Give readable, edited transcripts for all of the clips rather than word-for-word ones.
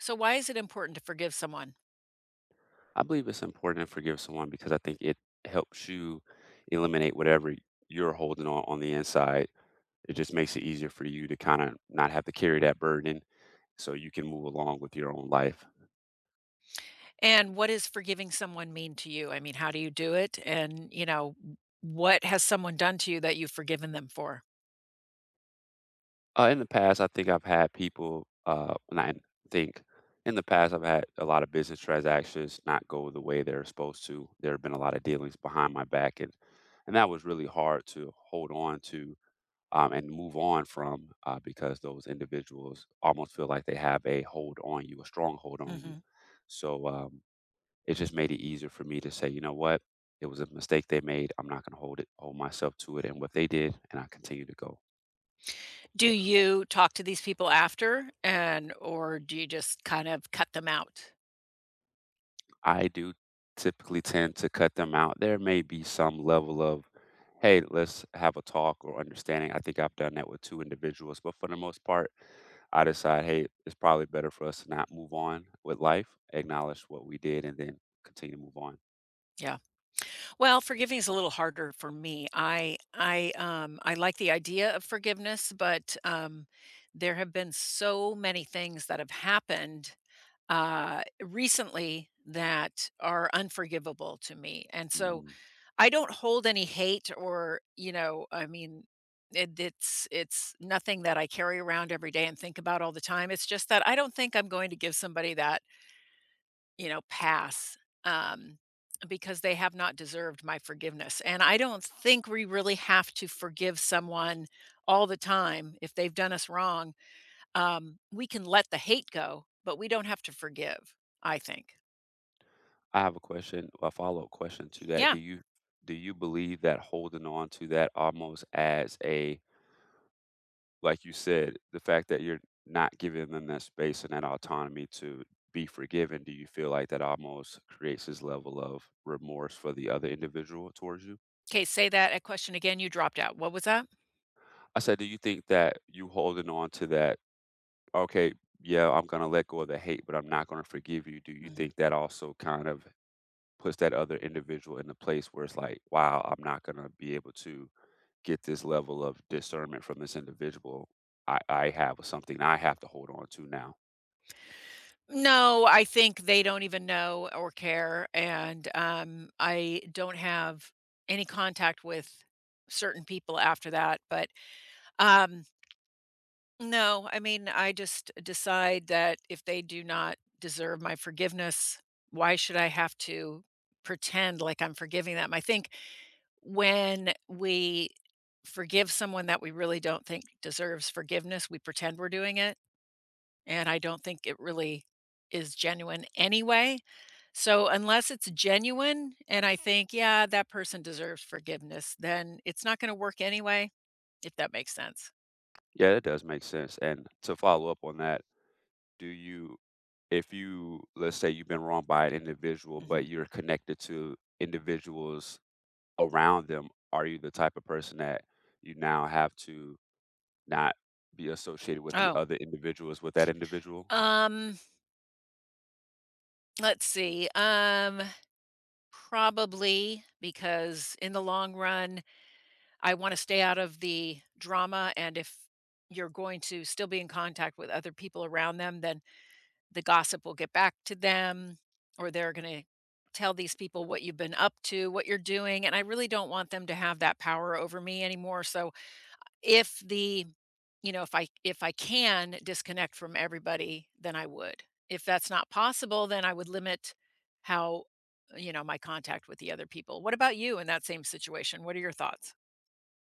So, why is it important to forgive someone? I believe it's important to forgive someone because I think it helps you eliminate whatever you're holding on the inside. It just makes it easier for you to kind of not have to carry that burden so you can move along with your own life. And what does forgiving someone mean to you? I mean, how do you do it? And, what has someone done to you that you've forgiven them for? In the past, I think I've had people, not in- think, in the past, I've had a lot of business transactions not go the way they're supposed to. There have been a lot of dealings behind my back, and that was really hard to hold on to and move on from because those individuals almost feel like they have a hold on you, a strong hold on you. Hmm. So it just made it easier for me to say, you know what, it was a mistake they made. I'm not going to hold it, hold myself to it, and what they did, and I continue to go. Do you talk to these people after and or do you just kind of cut them out? I do typically tend to cut them out. There may be some level of, hey, let's have a talk or understanding. I think I've done that with two individuals, but for the most part, I decide, hey, it's probably better for us to not move on with life, acknowledge what we did, and then continue to move on. Yeah. Well, forgiving is a little harder for me. I like the idea of forgiveness, but there have been so many things that have happened recently that are unforgivable to me. And so Mm. I don't hold any hate or, you know, I mean, it's nothing that I carry around every day and think about all the time. It's just that I don't think I'm going to give somebody that, pass, um, because they have not deserved my forgiveness, and I don't think we really have to forgive someone all the time if they've done us wrong. We can let the hate go, but we don't have to forgive, I think. I have a question, a follow-up question to that. Yeah. Do you believe that holding on to that almost as a like you said, the fact that you're not giving them that space and that autonomy to be forgiven, do you feel like that almost creates this level of remorse for the other individual towards you? Okay. Say that, a question again, you dropped out. What was that? I said, do you think that you holding on to that, okay, yeah, I'm going to let go of the hate, but I'm not going to forgive you? Do you Mhm. think that also kind of puts that other individual in a place where it's like, wow, I'm not going to be able to get this level of discernment from this individual I have, or something I have to hold on to now? No, I think they don't even know or care, and, I don't have any contact with certain people after that, but, um, no, I mean, I just decide that if they do not deserve my forgiveness, why should I have to pretend like I'm forgiving them? I think when we forgive someone that we really don't think deserves forgiveness, we pretend we're doing it and I don't think it really is genuine anyway. So unless it's genuine and I think, yeah, that person deserves forgiveness, then it's not going to work anyway, if that makes sense. Yeah, that does make sense, and to follow up on that, do you if you, let's say you've been wronged by an individual, Hmm. but you're connected to individuals around them, are you the type of person that you now have to not be associated with the Oh, other individuals with that individual? um, let's see. Probably because in the long run, I want to stay out of the drama. And if you're going to still be in contact with other people around them, then the gossip will get back to them or they're going to tell these people what you've been up to, what you're doing, and I really don't want them to have that power over me anymore. So if the if I can disconnect from everybody, then I would. If that's not possible, then I would limit how my contact with the other people. What about you in that same situation? What are your thoughts?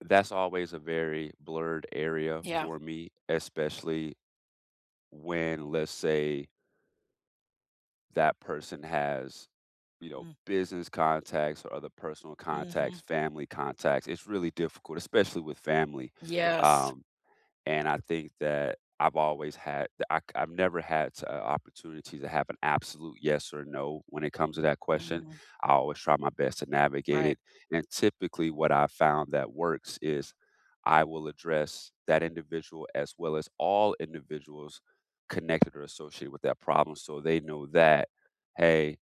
That's always a very blurred area Yeah. for me, especially when, let's say that person has, you know, Mm, business contacts or other personal mhm. contacts, family contacts. It's really difficult, especially with family. Yes. Um, and I think that I've always had that I've never had to opportunity to have an absolute yes or no when it comes to that question. Mhm. I always try my best to navigate Right. it, and typically, what I've found that works is I will address that individual as well as all individuals connected or associated with that problem so they know that, "Hey,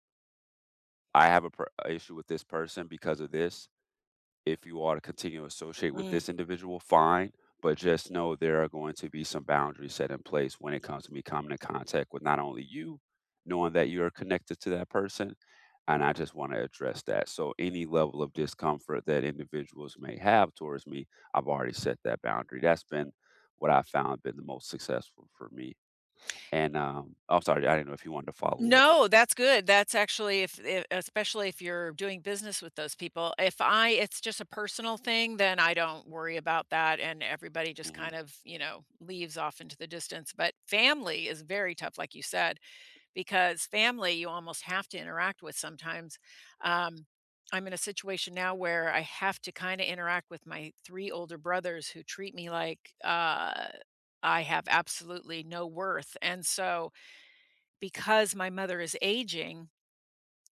I have a pro issue with this person because of this, if you are to continue to associate with this individual, fine. But just know there are going to be some boundaries set in place when it comes to me coming in contact with not only you, knowing that you're connected to that person. And I just want to address that. So, any level of discomfort that individuals may have towards me, I've already set that boundary. That's been what I found been the most successful for me. And I'm sorry, I didn't know if you wanted to follow up. No, that's good. That's actually if especially if you're doing business with those people. If I it's just a personal thing, then I don't worry about that and everybody just Mhm. kind of, you know, leaves off into the distance. But family is very tough, like you said, because family you almost have to interact with sometimes. Um, I'm in a situation now where I have to kind of interact with my three older brothers who treat me like I have absolutely no worth. And so because my mother is aging,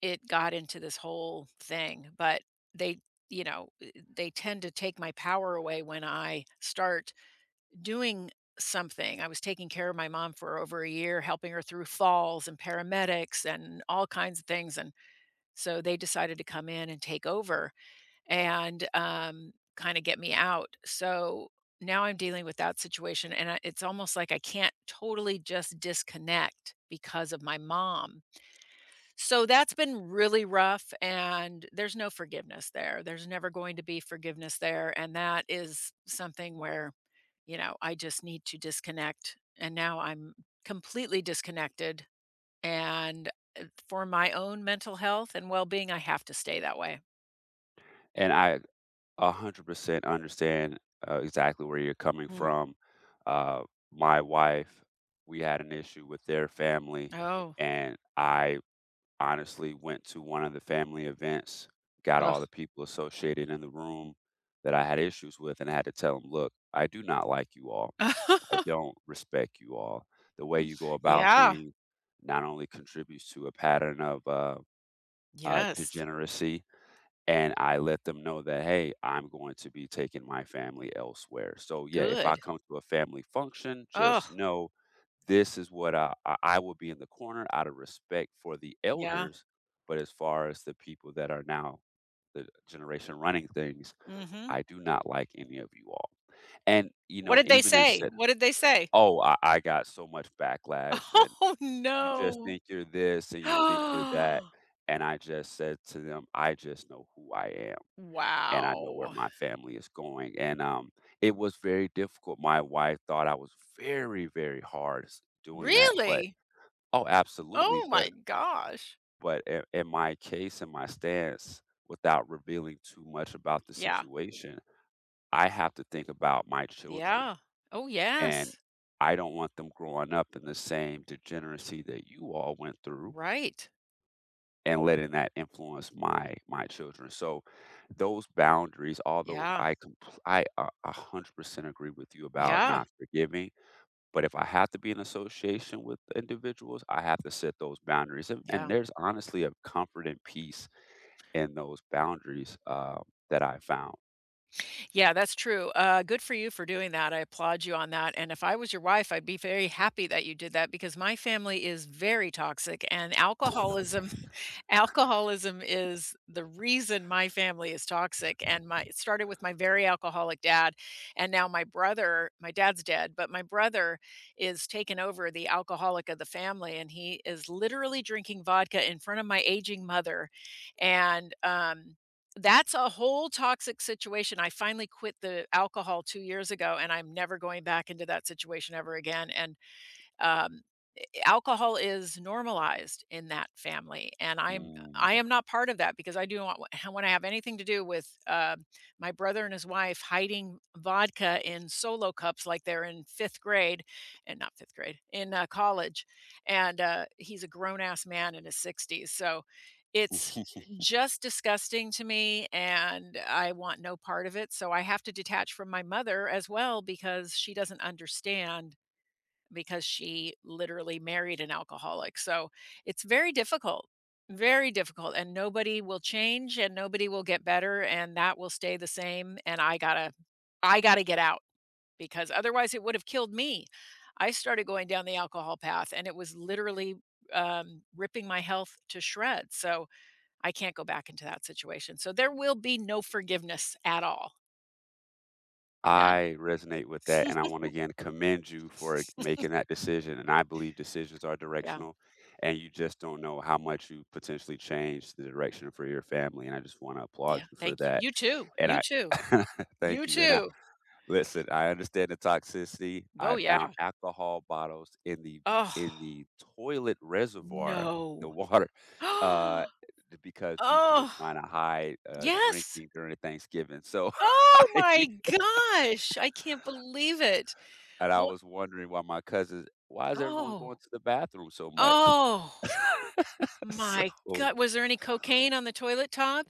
it got into this whole thing, but they they tend to take my power away when I start doing something. I was taking care of my mom for over a year, helping her through falls and paramedics and all kinds of things, and so they decided to come in and take over and, kinda get me out. So, now I'm dealing with that situation, and I it's almost like I can't totally just disconnect because of my mom. So that's been really rough, and there's no forgiveness there. There's never going to be forgiveness there, and that is something where, you know, I just need to disconnect, and now I'm completely disconnected, and, for my own mental health and well-being, I have to stay that way. And I 100% understand, exactly where you're coming Mm. from. Uh, my wife, we had an issue with their family, Oh. and I honestly went to one of the family events, got Ugh. all the people associated in the room that I had issues with, and I had to tell them, "Look, I do not like you all. I don't respect you all. The way you go about Yeah. things not only contributes to a pattern of, Yes. degeneracy, and I let them know that, "Hey, I'm going to be taking my family elsewhere. So, yeah, if I Good. come to a family function, Oh. just know this is what I will be in the corner out of respect for the Yeah. elders, but as far as the people that are now the generation running things, Mhm. I do not like any of you all." And, you What know, did they even in say? said, What did they say? "Oh, I got so much backlash, and Oh, you just no. think you're this, and you think you're that." And I just said to them, "I just know who I am," and I know where Wow. my family is going, and, it was very difficult. My wife thought I was very, very hard s doing that, but Really? oh, absolutely, Oh but my gosh. but in my case, in my stance, without revealing too much about the Yeah. situation, I have to think about my children, Yeah. Oh, and yes. I don't want them growing up in the same degeneracy that you all went through, Right. and letting that influence my children. So those boundaries, although Yeah. I a 100% agree with you about Yeah. not forgiving, but if I have to be in association with individuals, I have to set those boundaries. And Yeah. there's honestly a comfort and peace in those boundaries that I found. Yeah, that's true. Good for you for doing that. I applaud you on that. And if I was your wife, I'd be very happy that you did that because my family is very toxic and alcoholism. Alcoholism is the reason my family is toxic, and my it started with my very alcoholic dad, and now my dad's dead, but my brother is taken over the alcoholic of the family, and he is literally drinking vodka in front of my aging mother, and, that's a whole toxic situation. I finally quit the alcohol 2 years ago, and I'm never going back into that situation ever again, and, um, alcohol is normalized in that family, and I'm Mm. I am not part of that because I do not wa wanna have anything to do with, my brother and his wife hiding vodka in solo cups like they're in 5th grade and not 5th grade, in, college, and, he's a grown ass man in his 60s, so it's just disgusting to me, and I want no part of it, so I have to detach from my mother as well because she doesn't understand because she literally married an alcoholic. So it's very difficult, very difficult. And nobody will change and nobody will get better and that will stay the same. And I gotta get out because otherwise it would have killed me. I started going down the alcohol path and it was literally ripping my health to shreds. So I can't go back into that situation. So there will be no forgiveness at all. None. I resonate with that, and I wanna again commend you for making that decision, and I believe decisions are Yeah. directional, and you just don't know how much you potentially change the direction for your family, and I just wanna applaud Yeah. you for Thank you. that, You too. and You I too. Thank You you, and I too. listen, I understand the toxicity, Oh, I yeah. found alcohol bottles in the Oh, in the toilet reservoir, the no. water, uh, because people were Oh, trying to hide, yes. drinking during Thanksgiving, so Oh my gosh, I can't believe it. And I What. was wondering why my cousins why is everyone going Oh, to the bathroom so much? oh So, my god, was there any cocaine on the toilet top?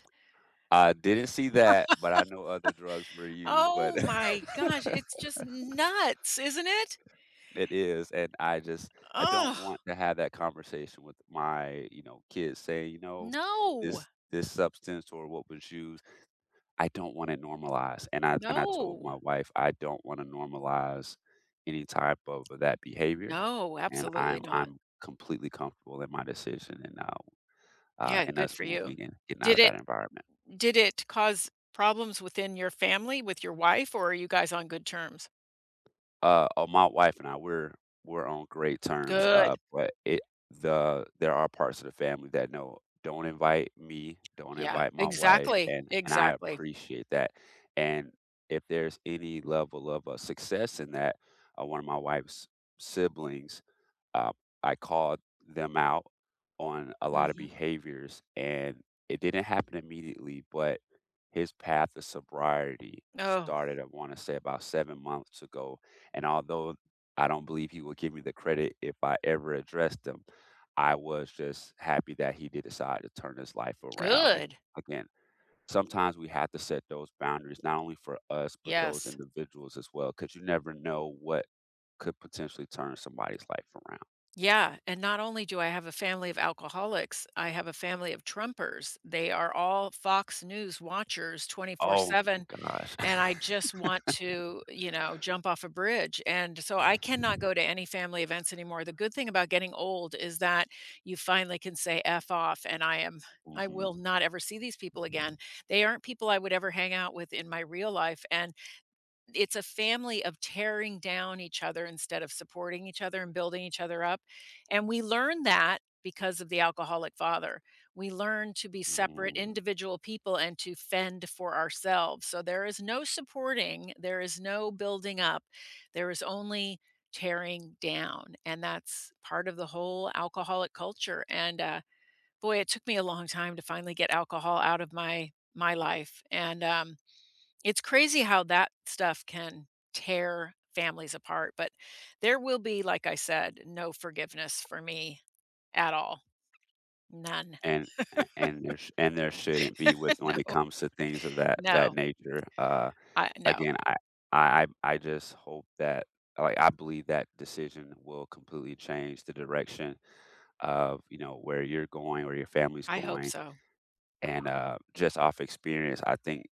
I didn't see that, but I know other drugs were used, but Oh my gosh, it's just nuts, isn't it? it is, and I don't Oh want to have that conversation with my, you know, kids saying, you know, no. this substance or what was used I don't wanna normalize, and I told my No. wife, "I don't wanna normalize any type of that behavior," No, and absolutely I'm not. I'm completely comfortable in my decision and, uh, uh, Yeah, and good us for you. moving and getting out Did of it that environment. did it cause problems within your family with your wife, or are you guys on good terms? Oh, my wife and I, we're on great terms, Good. But it the there are parts of the family that know, "Don't invite me, don't Yeah, invite my wife," exactly, and I exactly. appreciate that, and if there's any level of, success in that, one of my wife's siblings, uh, I called them out on a lot of Mhm. behaviors, and it didn't happen immediately, but his path of sobriety Oh, started, I wanna say, about 7 months ago and although I don't believe he will give me the credit if I ever addressed him, I was just happy that he did decide to turn his life around. And good. again, sometimes we have to set those boundaries, not only for us, but those Yes. individuals as well, because you never know what could potentially turn somebody's life around. Yeah, and not only do I have a family of alcoholics, I have a family of Trumpers. They are all Fox News watchers Oh my 24/7, gosh. and I just want to, you know, jump off a bridge, and so I cannot go to any family events anymore. The good thing about getting old is that you finally can say "F off," and I hmm will not ever see these people again. They aren't people I would ever hang out with in my real life, and it's a family of tearing down each other instead of supporting each other and building each other up. And we learn that because of the alcoholic father. We learn to be separate hmm individual people and to fend for ourselves. So there is no supporting, there is no building up, there is only tearing down. And that's part of the whole alcoholic culture. And boy, it took me a long time to finally get alcohol out of my life. And it's crazy how that stuff can tear families apart, but there will be, like I said, no forgiveness for me at all. None. And a and there sh and there shouldn't be with when it No, comes to things of that no, nature, I no, again, I just hope that like, I believe that decision will completely change the direction of, you know, where you're going, where your family's I hope going, so. and, just off experience, I think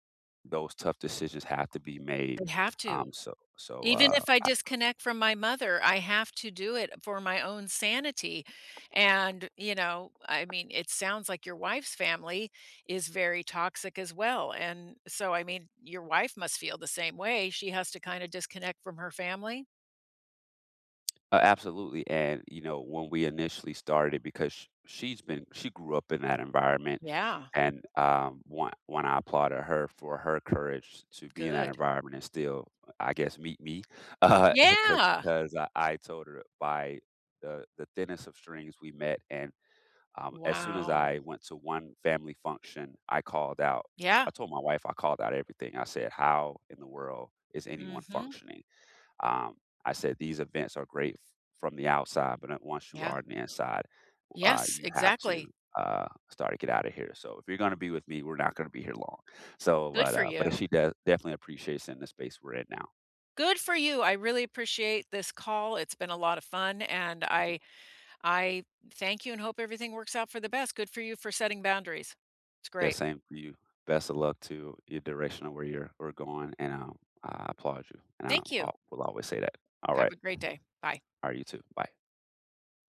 those tough decisions have to be made, I have to. um, so so, Even uh if I disconnect from my mother, I have to do it for my own sanity, and, you know, I mean, it sounds like your wife's family is very toxic as well, and so, I mean, your wife must feel the same way. She has to kinda disconnect from her family? Absolutely, and, you know, when we initially started it, because sh she's been she grew up in that environment, Yeah. and, one, I applauded her for her courage to be in that Good. environment and still, I guess, meet me, uh, 'cause Yeah. because I told her by the thinnest of strings we met, and, as soon as I Wow. went to one family function, I called out Yeah. I told my wife I called out everything, I said, "How in the world is anyone Mhm. functioning?" Um, I said these events are great from the outside, but once you Yeah. are on the inside, Yes, you have exactly. to start to get out of here. So if you're going to be with me, we're not going to be here long. So, Good but for uh, but you. she does definitely appreciates in the space we're in now. Good for you. I really appreciate this call. It's been a lot of fun, and I thank you and hope everything works out for the best. Good for you for setting boundaries. It's Yeah, great. same for you. Best of luck to your direction of where you're we're going, and I applaud you, and I, Thank I you. will always say that. All Have a right, great day. Bye. all right, you too. Bye.